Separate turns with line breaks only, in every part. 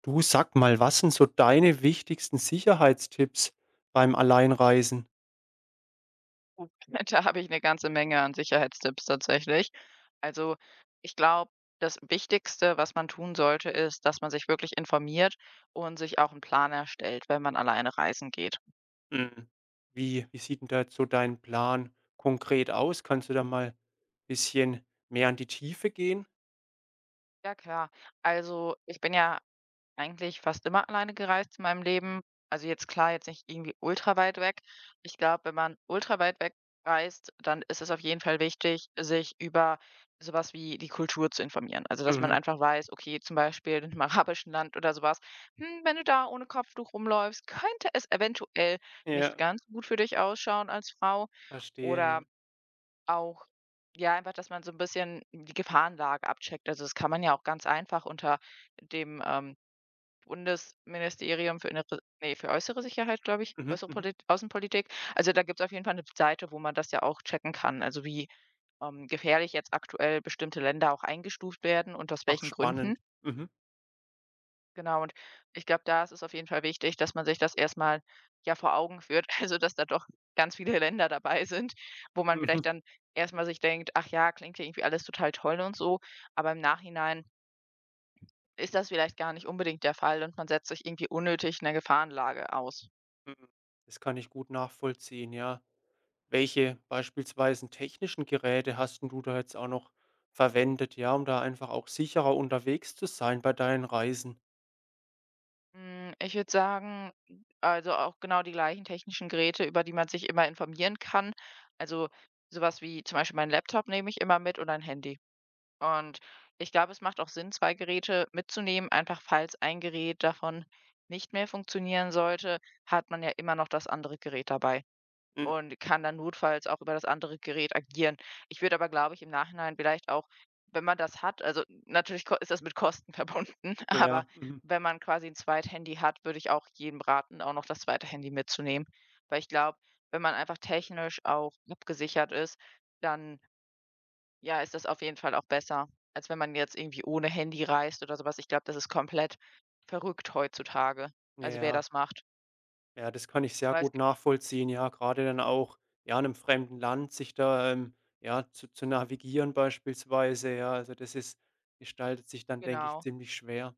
Du sag mal, was sind so deine wichtigsten Sicherheitstipps beim Alleinreisen?
Oh, da habe ich eine ganze Menge an Sicherheitstipps tatsächlich. Also, ich glaube, das Wichtigste, was man tun sollte, ist, dass man sich wirklich informiert und sich auch einen Plan erstellt, wenn man alleine reisen geht.
Hm, wie sieht denn da jetzt so dein Plan konkret aus? Kannst du da mal bisschen mehr an die Tiefe gehen?
Ja klar, also ich bin ja eigentlich fast immer alleine gereist in meinem Leben. Also jetzt klar, jetzt nicht irgendwie ultra weit weg. Ich glaube, wenn man ultra weit weg reist, dann ist es auf jeden Fall wichtig, sich über sowas wie die Kultur zu informieren. Also, dass man
Mhm.
einfach weiß, okay, zum Beispiel in einem arabischen Land oder sowas, wenn du da ohne Kopftuch rumläufst, könnte es eventuell nicht
Ja,
ganz so gut für dich ausschauen als Frau.
verstehe,
Oder
ja.
auch, ja, einfach, dass man so ein bisschen die Gefahrenlage abcheckt. Also, das kann man ja auch ganz einfach unter dem Bundesministerium für Innere, nee, für äußere Sicherheit, glaube ich,
Mhm,
äußere
mhm.
Polit Außenpolitik. Also, da gibt es auf jeden Fall eine Seite, wo man das ja auch checken kann. Also, wie gefährlich jetzt aktuell bestimmte Länder auch eingestuft werden und aus
Ach,
welchen Gründen.
spannend. Mhm,
Genau, und ich glaube, da ist es auf jeden Fall wichtig, dass man sich das erstmal, ja, vor Augen führt, also, dass da doch ganz viele Länder dabei sind, wo man
mhm,
vielleicht dann erstmal sich denkt: „Ach ja, klingt ja irgendwie alles total toll und so“, aber im Nachhinein ist das vielleicht gar nicht unbedingt der Fall und man setzt sich irgendwie unnötig 'ner Gefahrenlage aus.
mhm. Das kann ich gut nachvollziehen, ja. Welche beispielsweise technischen Geräte hast 'n du da jetzt auch noch verwendet, ja, um da einfach auch sicherer unterwegs zu sein bei deinen Reisen?
Hm, ich würde sagen, also, auch genau die gleichen technischen Geräte, über die man sich immer informieren kann. Also, sowas wie zum Beispiel meinen Laptop nehme ich immer mit und ein Handy. Und ich glaube, es macht auch Sinn, 2 Geräte mitzunehmen, einfach falls ein Gerät davon nicht mehr funktionieren sollte, hat man ja immer noch das andere Gerät dabei
Hm,
und kann dann notfalls auch über das andere Gerät agieren. Ich würde aber, glaube ich, im Nachhinein vielleicht auch, wenn man das hat, also natürlich ko ist das mit Kosten verbunden,
ja,
aber
mhm.
wenn man quasi 'n Zweithandy hat, würde ich auch jedem raten, auch noch das zweite Handy mitzunehmen. Weil ich glaube, wenn man einfach technisch auch abgesichert ist, dann, ja, ist das auf jeden Fall auch besser, als wenn man jetzt irgendwie ohne Handy reist oder sowas. Ich glaube, das ist komplett verrückt heutzutage, also wer
Ja,
das macht.
ja, das kann ich sehr
Weil es
gut
gibt
nachvollziehen. Ja, gerade dann auch, ja, in einem fremden Land sich da, ja, zu navigieren beispielsweise, ja. Also, das ist gestaltet sich dann, denke ich,
genau.
ziemlich schwer.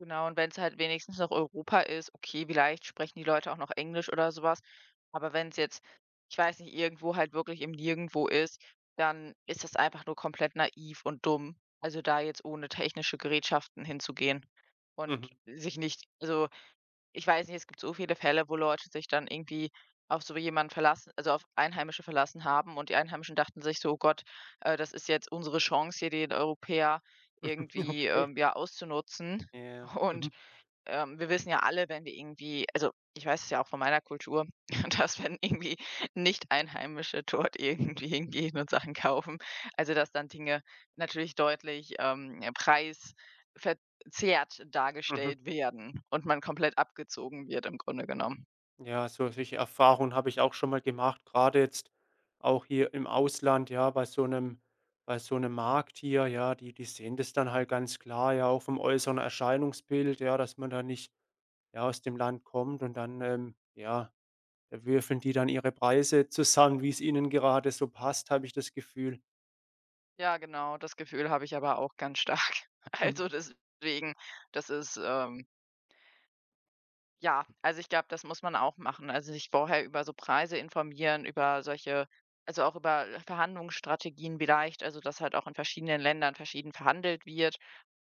Genau, und wenn es halt wenigstens noch Europa ist, okay, vielleicht sprechen die Leute auch noch Englisch oder sowas. Aber wenn es jetzt, ich weiß nicht, irgendwo halt wirklich im Nirgendwo ist, dann ist das einfach nur komplett naiv und dumm. Also da jetzt ohne technische Gerätschaften hinzugehen
Mhm.
und sich nicht, also ich weiß nicht, es gibt so viele Fälle, wo Leute sich dann irgendwie auf so jemanden verlassen, also auf Einheimische verlassen haben und die Einheimischen dachten sich so: „Oh Gott, das ist jetzt unsere Chance hier, den Europäer irgendwie,
Okay.
ja, auszunutzen.“
Ja.
Und
Mhm.
wir wissen ja alle, wenn wir irgendwie, also, ich weiß es ja auch von meiner Kultur, dass wenn irgendwie Nicht-Einheimische dort irgendwie hingehen und Sachen kaufen, also, dass dann Dinge natürlich deutlich, preisverzerrt
Mhm.
dargestellt werden und man komplett abgezogen wird im Grunde genommen.
Ja, so solche Erfahrungen habe ich auch schon mal gemacht, gerade jetzt auch hier im Ausland, ja, bei so einem Markt hier, ja, die sehen das dann halt ganz klar, ja, auch vom äußeren Erscheinungsbild, ja, dass man da nicht, ja, aus dem Land kommt und dann, ja. Da würfeln die dann ihre Preise zusammen, wie es ihnen gerade so passt, habe ich das Gefühl.
Ja, genau, das Gefühl habe ich aber auch ganz stark.
Mhm,
Also, deswegen, das ist, ja, also ich glaube, das muss man auch machen. Also sich vorher über so Preise informieren, über solche, also auch über Verhandlungsstrategien vielleicht, also dass halt auch in verschiedenen Ländern verschieden verhandelt wird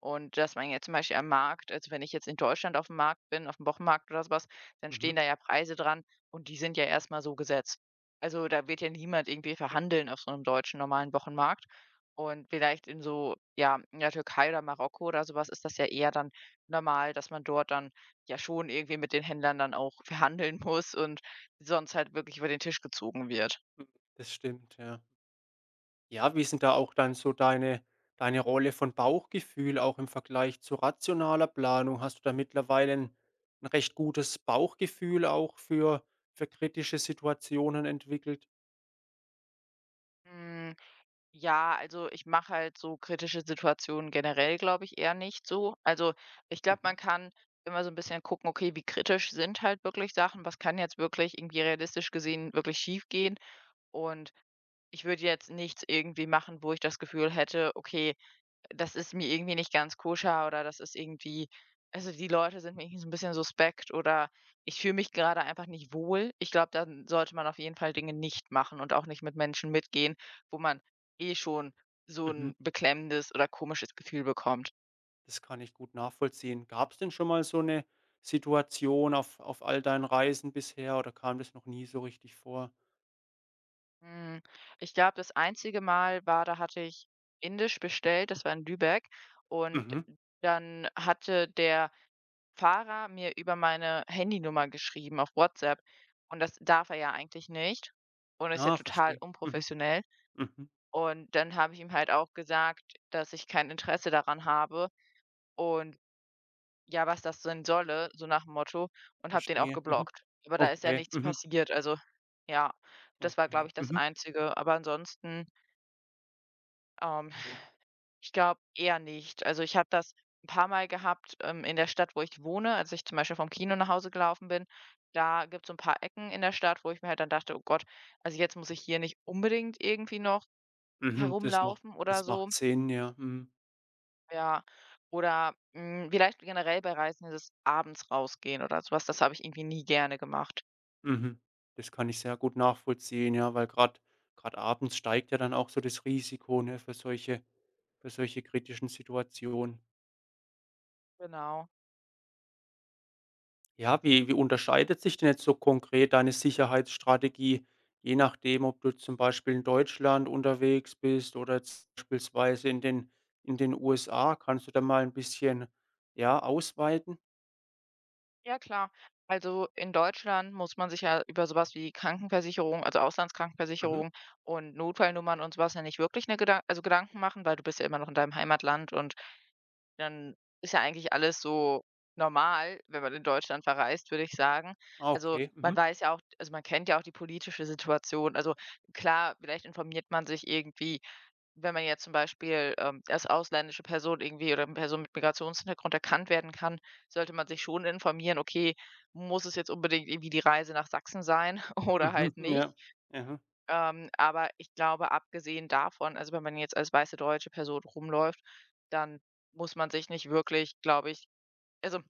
und dass man jetzt zum Beispiel am Markt, also wenn ich jetzt in Deutschland auf dem Markt bin, auf dem Wochenmarkt oder sowas, dann
mhm,
stehen da ja Preise dran und die sind ja erstmal so gesetzt. Also, da wird ja niemand irgendwie verhandeln auf so einem deutschen normalen Wochenmarkt. Und vielleicht in so, ja, in der Türkei oder Marokko oder sowas ist das ja eher dann normal, dass man dort dann, ja, schon irgendwie mit den Händlern dann auch verhandeln muss und sonst halt wirklich über den Tisch gezogen wird.
mhm, das stimmt, ja. Ja, wie sind da auch dann so deine Rolle von Bauchgefühl auch im Vergleich zu rationaler Planung? Hast du da mittlerweile ein 'n recht gutes Bauchgefühl auch für kritische Situationen entwickelt?
Hm, ja, also ich mache halt so kritische Situationen generell, glaube ich, eher nicht so. Also ich glaube,
Mhm,
man kann immer so ein bisschen gucken, okay, wie kritisch sind halt wirklich Sachen? Was kann jetzt wirklich irgendwie realistisch gesehen wirklich schief gehen? Und ich würde jetzt nichts irgendwie machen, wo ich das Gefühl hätte: „Okay, das ist mir irgendwie nicht ganz koscher oder das ist irgendwie, also die Leute sind mir irgendwie so ein bisschen suspekt oder ich fühle mich gerade einfach nicht wohl.“ Ich glaube, dann sollte man auf jeden Fall Dinge nicht machen und auch nicht mit Menschen mitgehen, wo man eh schon so
mhm,
ein beklemmendes oder komisches Gefühl bekommt.
das kann ich gut nachvollziehen. Gab es denn schon mal so eine Situation auf all deinen Reisen bisher oder kam das noch nie so richtig vor?
Hm, ich glaube, das einzige Mal war, da hatte ich indisch bestellt, das war in Lübeck, und
Mhm.
dann hatte der Fahrer mir über meine Handynummer geschrieben auf WhatsApp, und das darf er ja eigentlich nicht und ist ja
Ah,
total
verstehe. Mhm,
unprofessionell.
mhm,
Und dann habe ich ihm halt auch gesagt, dass ich kein Interesse daran habe und, ja, was das denn solle, so nach dem Motto, und habe den auch
verstehe. Mhm.
geblockt. Aber da ist ja
Okay,
nichts
mhm,
passiert. Also, ja, das war, glaube
okay.
ich, das
Mhm,
Einzige. Aber ansonsten, ähm, ich glaube eher nicht. Also, ich habe das ein paar Mal gehabt, in der Stadt, wo ich wohne, als ich zum Beispiel vom Kino nach Hause gelaufen bin. Da gibt es so ein paar Ecken in der Stadt, wo ich mir halt dann dachte: „Oh Gott, also jetzt muss ich hier nicht unbedingt irgendwie noch
mhm.
herumlaufen oder
Das
so.“
macht Sinn, ja. Mhm,
Ja, oder, hm, vielleicht generell bei Reisen dieses abends rausgehen oder sowas. Das habe ich irgendwie nie gerne gemacht.
mhm. Das kann ich sehr gut nachvollziehen, ja, weil gerade gerade abends steigt ja dann auch so das Risiko, ne, für solche kritischen Situationen.
Genau.
Ja, wie unterscheidet sich denn jetzt so konkret deine Sicherheitsstrategie, je nachdem, ob du zum Beispiel in Deutschland unterwegs bist oder jetzt beispielsweise in den USA? Kannst du da mal ein bisschen, ja, ausweiten?
Ja klar. Also in Deutschland muss man sich ja über so was wie Krankenversicherung, also
Mhm.
Auslandskrankenversicherung und Notfallnummern und so was ja nicht wirklich 'ne Gedan also Gedanken machen, weil du bist ja immer noch in deinem Heimatland und dann ist ja eigentlich alles so normal, wenn man in Deutschland verreist, würde ich sagen.
Ah,
Also,
okay.
man
Mhm.
weiß ja auch, also, man kennt ja auch die politische Situation. Also, klar, vielleicht informiert man sich irgendwie, wenn man jetzt zum Beispiel, als ausländische Person irgendwie oder eine Person mit Migrationshintergrund erkannt werden kann, sollte man sich schon informieren: „Okay, muss es jetzt unbedingt irgendwie die Reise nach Sachsen sein oder
Mhm.
halt nicht?“
Ja. Aha.
aber ich glaube, abgesehen davon, also, wenn man jetzt als weiße deutsche Person rumläuft, dann muss man sich nicht wirklich, glaube ich, also,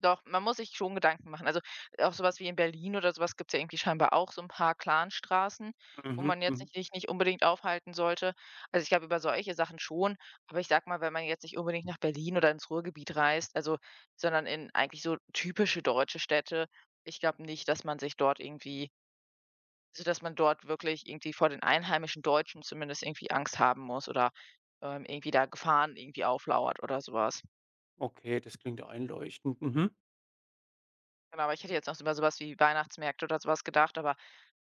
doch, man muss sich schon Gedanken machen. Also, auch sowas wie in Berlin oder sowas, was gibt's ja irgendwie scheinbar auch so ein paar Clanstraßen, wo
Mhm.
man jetzt
Mhm.
nicht, sich nicht unbedingt aufhalten sollte. Also, ich glaube, über solche Sachen schon, aber ich sag mal, wenn man jetzt nicht unbedingt nach Berlin oder ins Ruhrgebiet reist, also sondern in eigentlich so typische deutsche Städte, ich glaube nicht, dass man sich dort irgendwie, sodass man dort wirklich irgendwie vor den einheimischen Deutschen zumindest irgendwie Angst haben muss oder, irgendwie da Gefahren irgendwie auflauert oder sowas.
Okay, das klingt ja einleuchtend. Mhm.
Genau, aber ich hätte jetzt noch so über sowas wie Weihnachtsmärkte oder sowas gedacht, aber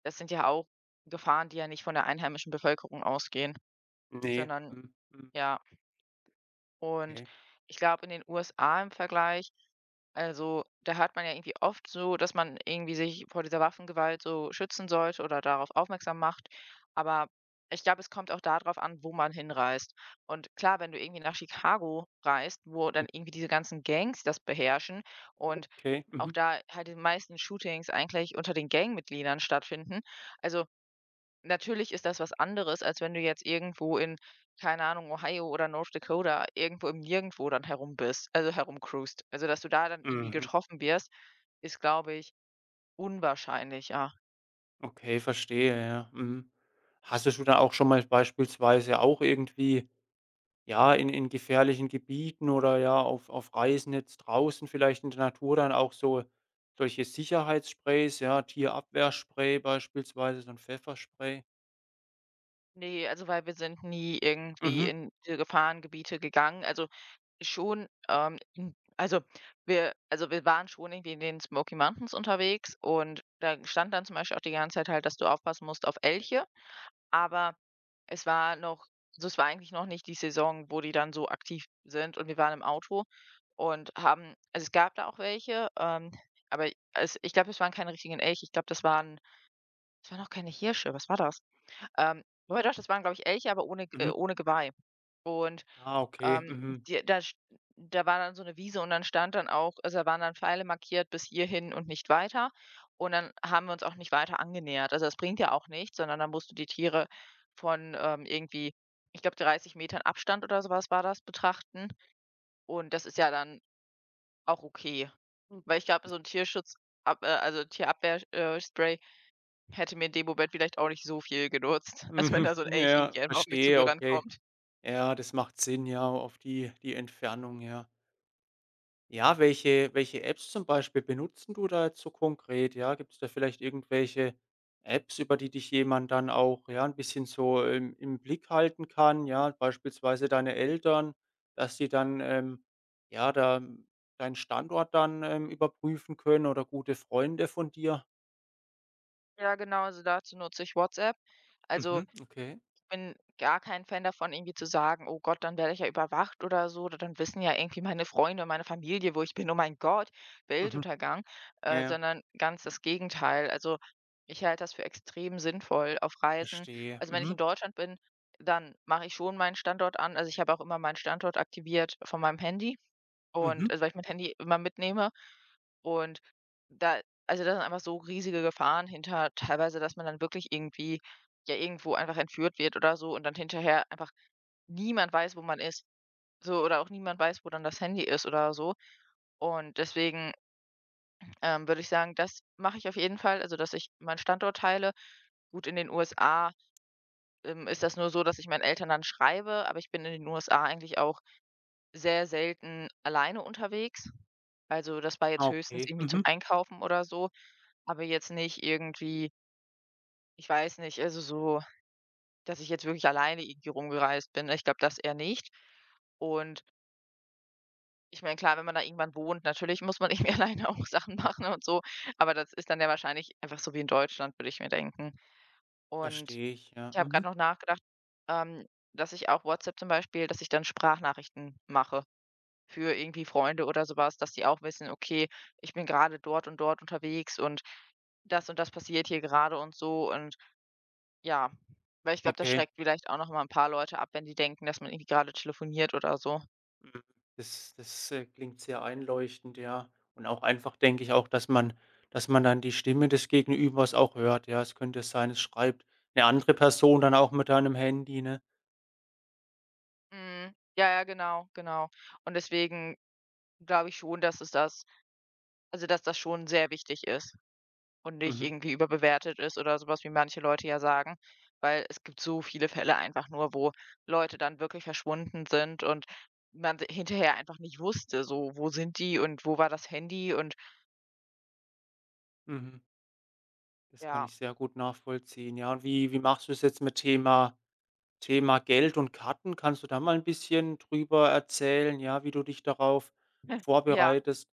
das sind ja auch Gefahren, die ja nicht von der einheimischen Bevölkerung ausgehen,
Ne.
sondern,
Mhm. Mhm.
ja. Und
Okay.
ich glaube, in den USA im Vergleich, also, da hört man ja irgendwie oft so, dass man irgendwie sich vor dieser Waffengewalt so schützen sollte oder darauf aufmerksam macht. Aber ich glaube, es kommt auch darauf an, wo man hinreist. Und klar, wenn du irgendwie nach Chicago reist, wo dann
Mhm.
irgendwie diese ganzen Gangs das beherrschen und
Okay.
auch
Mhm.
da halt die meisten Shootings eigentlich unter den Gangmitgliedern stattfinden. Also, natürlich ist das was anderes, als wenn du jetzt irgendwo in, keine Ahnung, Ohio oder North Dakota, irgendwo im Nirgendwo dann herum bist, also herumcruist. Also, dass du da dann irgendwie
Mhm.
getroffen wirst, ist, glaube ich, unwahrscheinlich, ja.
Okay, verstehe, ja. Mhm. Hast du schon da auch schon mal beispielsweise auch irgendwie ja, in gefährlichen Gebieten oder ja, auf Reisen jetzt draußen vielleicht in der Natur dann auch so solche Sicherheitssprays, ja, Tierabwehrspray beispielsweise, so ein Pfefferspray.
Ne, also, weil wir sind nie irgendwie
Mhm,
in diese Gefahrengebiete gegangen. Also, schon, in, also, wir waren schon irgendwie in den Smoky Mountains unterwegs und da stand dann zum Beispiel auch die ganze Zeit halt, dass du aufpassen musst auf Elche, aber es war noch, also, es war eigentlich noch nicht die Saison, wo die dann so aktiv sind und wir waren im Auto und haben, also, es gab da auch welche, aber es, ich glaube, es waren keine richtigen Elche. Ich glaube, das waren, auch keine Hirsche. Was war das? Ähm, wobei doch, das waren, glaube ich, Elche, aber ohne
mhm.
ohne Geweih. Und
Ah, okay,
ähm,
mhm.
die da st da war dann so eine Wiese und dann stand dann auch, also, da waren dann Pfeile markiert bis hierhin und nicht weiter. Und dann haben wir uns auch nicht weiter angenähert. Also, das bringt ja auch nichts, sondern dann musst du die Tiere von, irgendwie, ich glaube, 30 Metern Abstand oder so was war das, betrachten. Und das ist ja dann auch okay. Weil ich glaube, so ein Tierschutz ab also, Tierabwehrspray hätte mir in dem Moment vielleicht auch nicht so viel genutzt,
Mhm,
als wenn da so ein Elch
ja,
irgendwie einfach auf mich
verstehe,
zugerannt
okay.
kommt.
Ja, das macht Sinn, ja, auf die Entfernung, ja. Ja, welche Apps zum Beispiel benutzen du da jetzt so konkret? Ja, gibt es da vielleicht irgendwelche Apps, über die dich jemand dann auch, ja, ein bisschen so im im Blick halten kann, ja, beispielsweise deine Eltern, dass die dann, ja, da deinen Standort dann, überprüfen können oder gute Freunde von dir?
Ja, genau, also, dazu nutze ich WhatsApp. Also,
Mhm, okay.
bin gar kein Fan davon, irgendwie zu sagen: „Oh Gott, dann werde ich ja überwacht oder so, oder dann wissen ja irgendwie meine Freunde und meine Familie, wo ich bin. Oh mein Gott,
Mhm.
Weltuntergang.“
Ja, ja,
Sondern ganz das Gegenteil. Also, ich halte das für extrem sinnvoll auf Reisen.
verstehe.
Also, wenn ich in
Mhm,
Deutschland bin, dann mache ich schon meinen Standort an. Also, ich habe auch immer meinen Standort aktiviert von meinem Handy.
mhm.
Und also, weil ich mein Handy immer mitnehme und da, also, da sind einfach so riesige Gefahren hinter teilweise, dass man dann wirklich irgendwie, ja, irgendwo einfach entführt wird oder so und dann hinterher einfach niemand weiß, wo man ist, so, oder auch niemand weiß, wo dann das Handy ist oder so. Und deswegen, würde ich sagen, das mache ich auf jeden Fall, also, dass ich meinen Standort teile. Gut, in den USA, ist das nur so, dass ich meinen Eltern dann schreibe, aber ich bin in den USA eigentlich auch sehr selten alleine unterwegs. Also, das war
Ah,
jetzt höchstens
okay.
irgendwie zum
Mhm.
Einkaufen oder so, aber jetzt nicht irgendwie, ich weiß nicht, also so, dass ich jetzt wirklich alleine irgendwie rumgereist bin. Ich glaube, das eher nicht. Und ich meine, klar, wenn man da irgendwann wohnt, natürlich muss man irgendwie alleine auch Sachen machen und so, aber das ist dann ja wahrscheinlich einfach so wie in Deutschland, würde ich mir denken. Und
Verstehe ich, ja.
ich habe
Mhm.
gerade noch nachgedacht, ähm, dass ich auch WhatsApp zum Beispiel, dass ich dann Sprachnachrichten mache für irgendwie Freunde oder sowas, dass die auch wissen: „Okay, ich bin gerade dort und dort unterwegs und das passiert hier gerade und so“, und ja, weil ich glaube, das
Okay.
schreckt vielleicht auch noch mal ein paar Leute ab, wenn die denken, dass man irgendwie gerade telefoniert oder so.
Mhm. Das das klingt sehr einleuchtend, ja. Und auch einfach denke ich auch, dass man dann die Stimme des Gegenübers auch hört, ja. Es könnte sein, es schreibt eine andere Person dann auch mit deinem Handy, ne?
Mhm. Ja, ja, genau, genau. Und deswegen glaube ich schon, dass es das also, dass das schon sehr wichtig ist. Und nicht
Mhm,
irgendwie überbewertet ist oder sowas, wie manche Leute ja sagen. Weil es gibt so viele Fälle einfach nur, wo Leute dann wirklich verschwunden sind und man d hinterher einfach nicht wusste, so: Wo sind die und wo war das Handy? Und
mhm. Das kann
ja,
ich sehr gut nachvollziehen, ja. Und wie machst du es jetzt mit Thema Thema Geld und Karten? Kannst du da mal ein bisschen drüber erzählen, ja, wie du dich darauf
ja,
vorbereitest?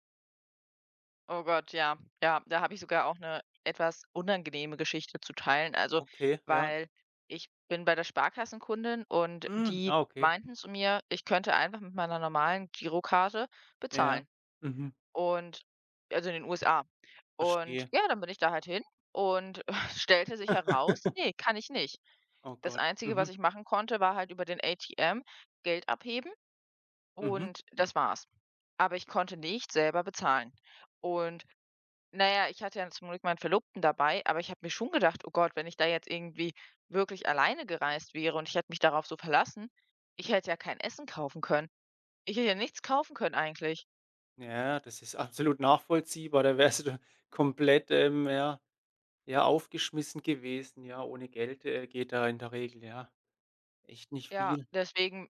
oh Gott, ja. Ja, da habe ich sogar auch eine etwas unangenehme Geschichte zu teilen. Also,
Okay, ja.
weil ich bin bei der Sparkassenkundin und
Hm,
die
ah, okay.
meinten zu mir, ich könnte einfach mit meiner normalen Girokarte
Ja, ja.
bezahlen.
Mhm.
Und also, in den USA. Und
Verstehe.
ja, dann bin ich da halt hin und stellte sich heraus: „Nee, kann ich nicht.“
Oh
Das
Gott.
Einzige, was
Mhm,
ich machen konnte, war halt über den ATM Geld abheben,
mhm.
und das war's. Aber ich konnte nicht selber bezahlen. Und naja, ich hatte ja zum Glück meinen Verlobten dabei, aber ich habe mir schon gedacht: „Oh Gott, wenn ich da jetzt irgendwie wirklich alleine gereist wäre und ich hätte mich darauf so verlassen, ich hätte ja kein Essen kaufen können.“ Ich hätte ja nichts kaufen können eigentlich.
Ja, das ist absolut nachvollziehbar. Da wärst du komplett, ja, ja, aufgeschmissen gewesen, ja. Ohne Geld, geht da in der Regel, ja, echt nicht
Ja,
viel.
deswegen,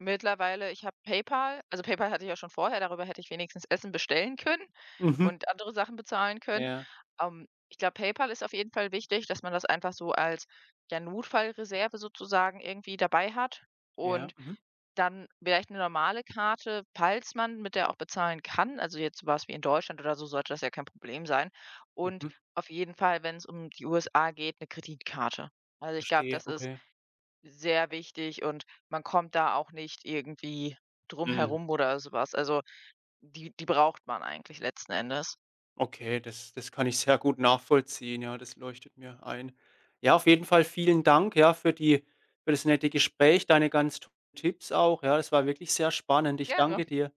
mittlerweile, ich habe PayPal, also PayPal hatte ich ja schon vorher, darüber hätte ich wenigstens Essen bestellen können
Mhm.
und andere Sachen bezahlen können.
Ja,
Ich glaube, PayPal ist auf jeden Fall wichtig, dass man das einfach so als, ja, Notfallreserve sozusagen irgendwie dabei hat,
ja,
und
mhm,
dann vielleicht eine normale Karte, falls man mit der auch bezahlen kann. Also, jetzt so was wie in Deutschland oder so sollte das ja kein Problem sein. Und
mhm,
auf jeden Fall, wenn es um die USA geht, eine Kreditkarte. Also, ich glaube,
verstehe,
das ist
okay.
sehr wichtig und man kommt da auch nicht irgendwie drum
Mhm,
herum oder sowas. Also, die die braucht man eigentlich letzten Endes.
okay, das kann ich sehr gut nachvollziehen, ja, das leuchtet mir ein. Ja, auf jeden Fall vielen Dank, ja, für die für das nette Gespräch, deine ganz tollen Tipps auch, ja. Das war wirklich sehr spannend. Ich
Ja,
danke dir.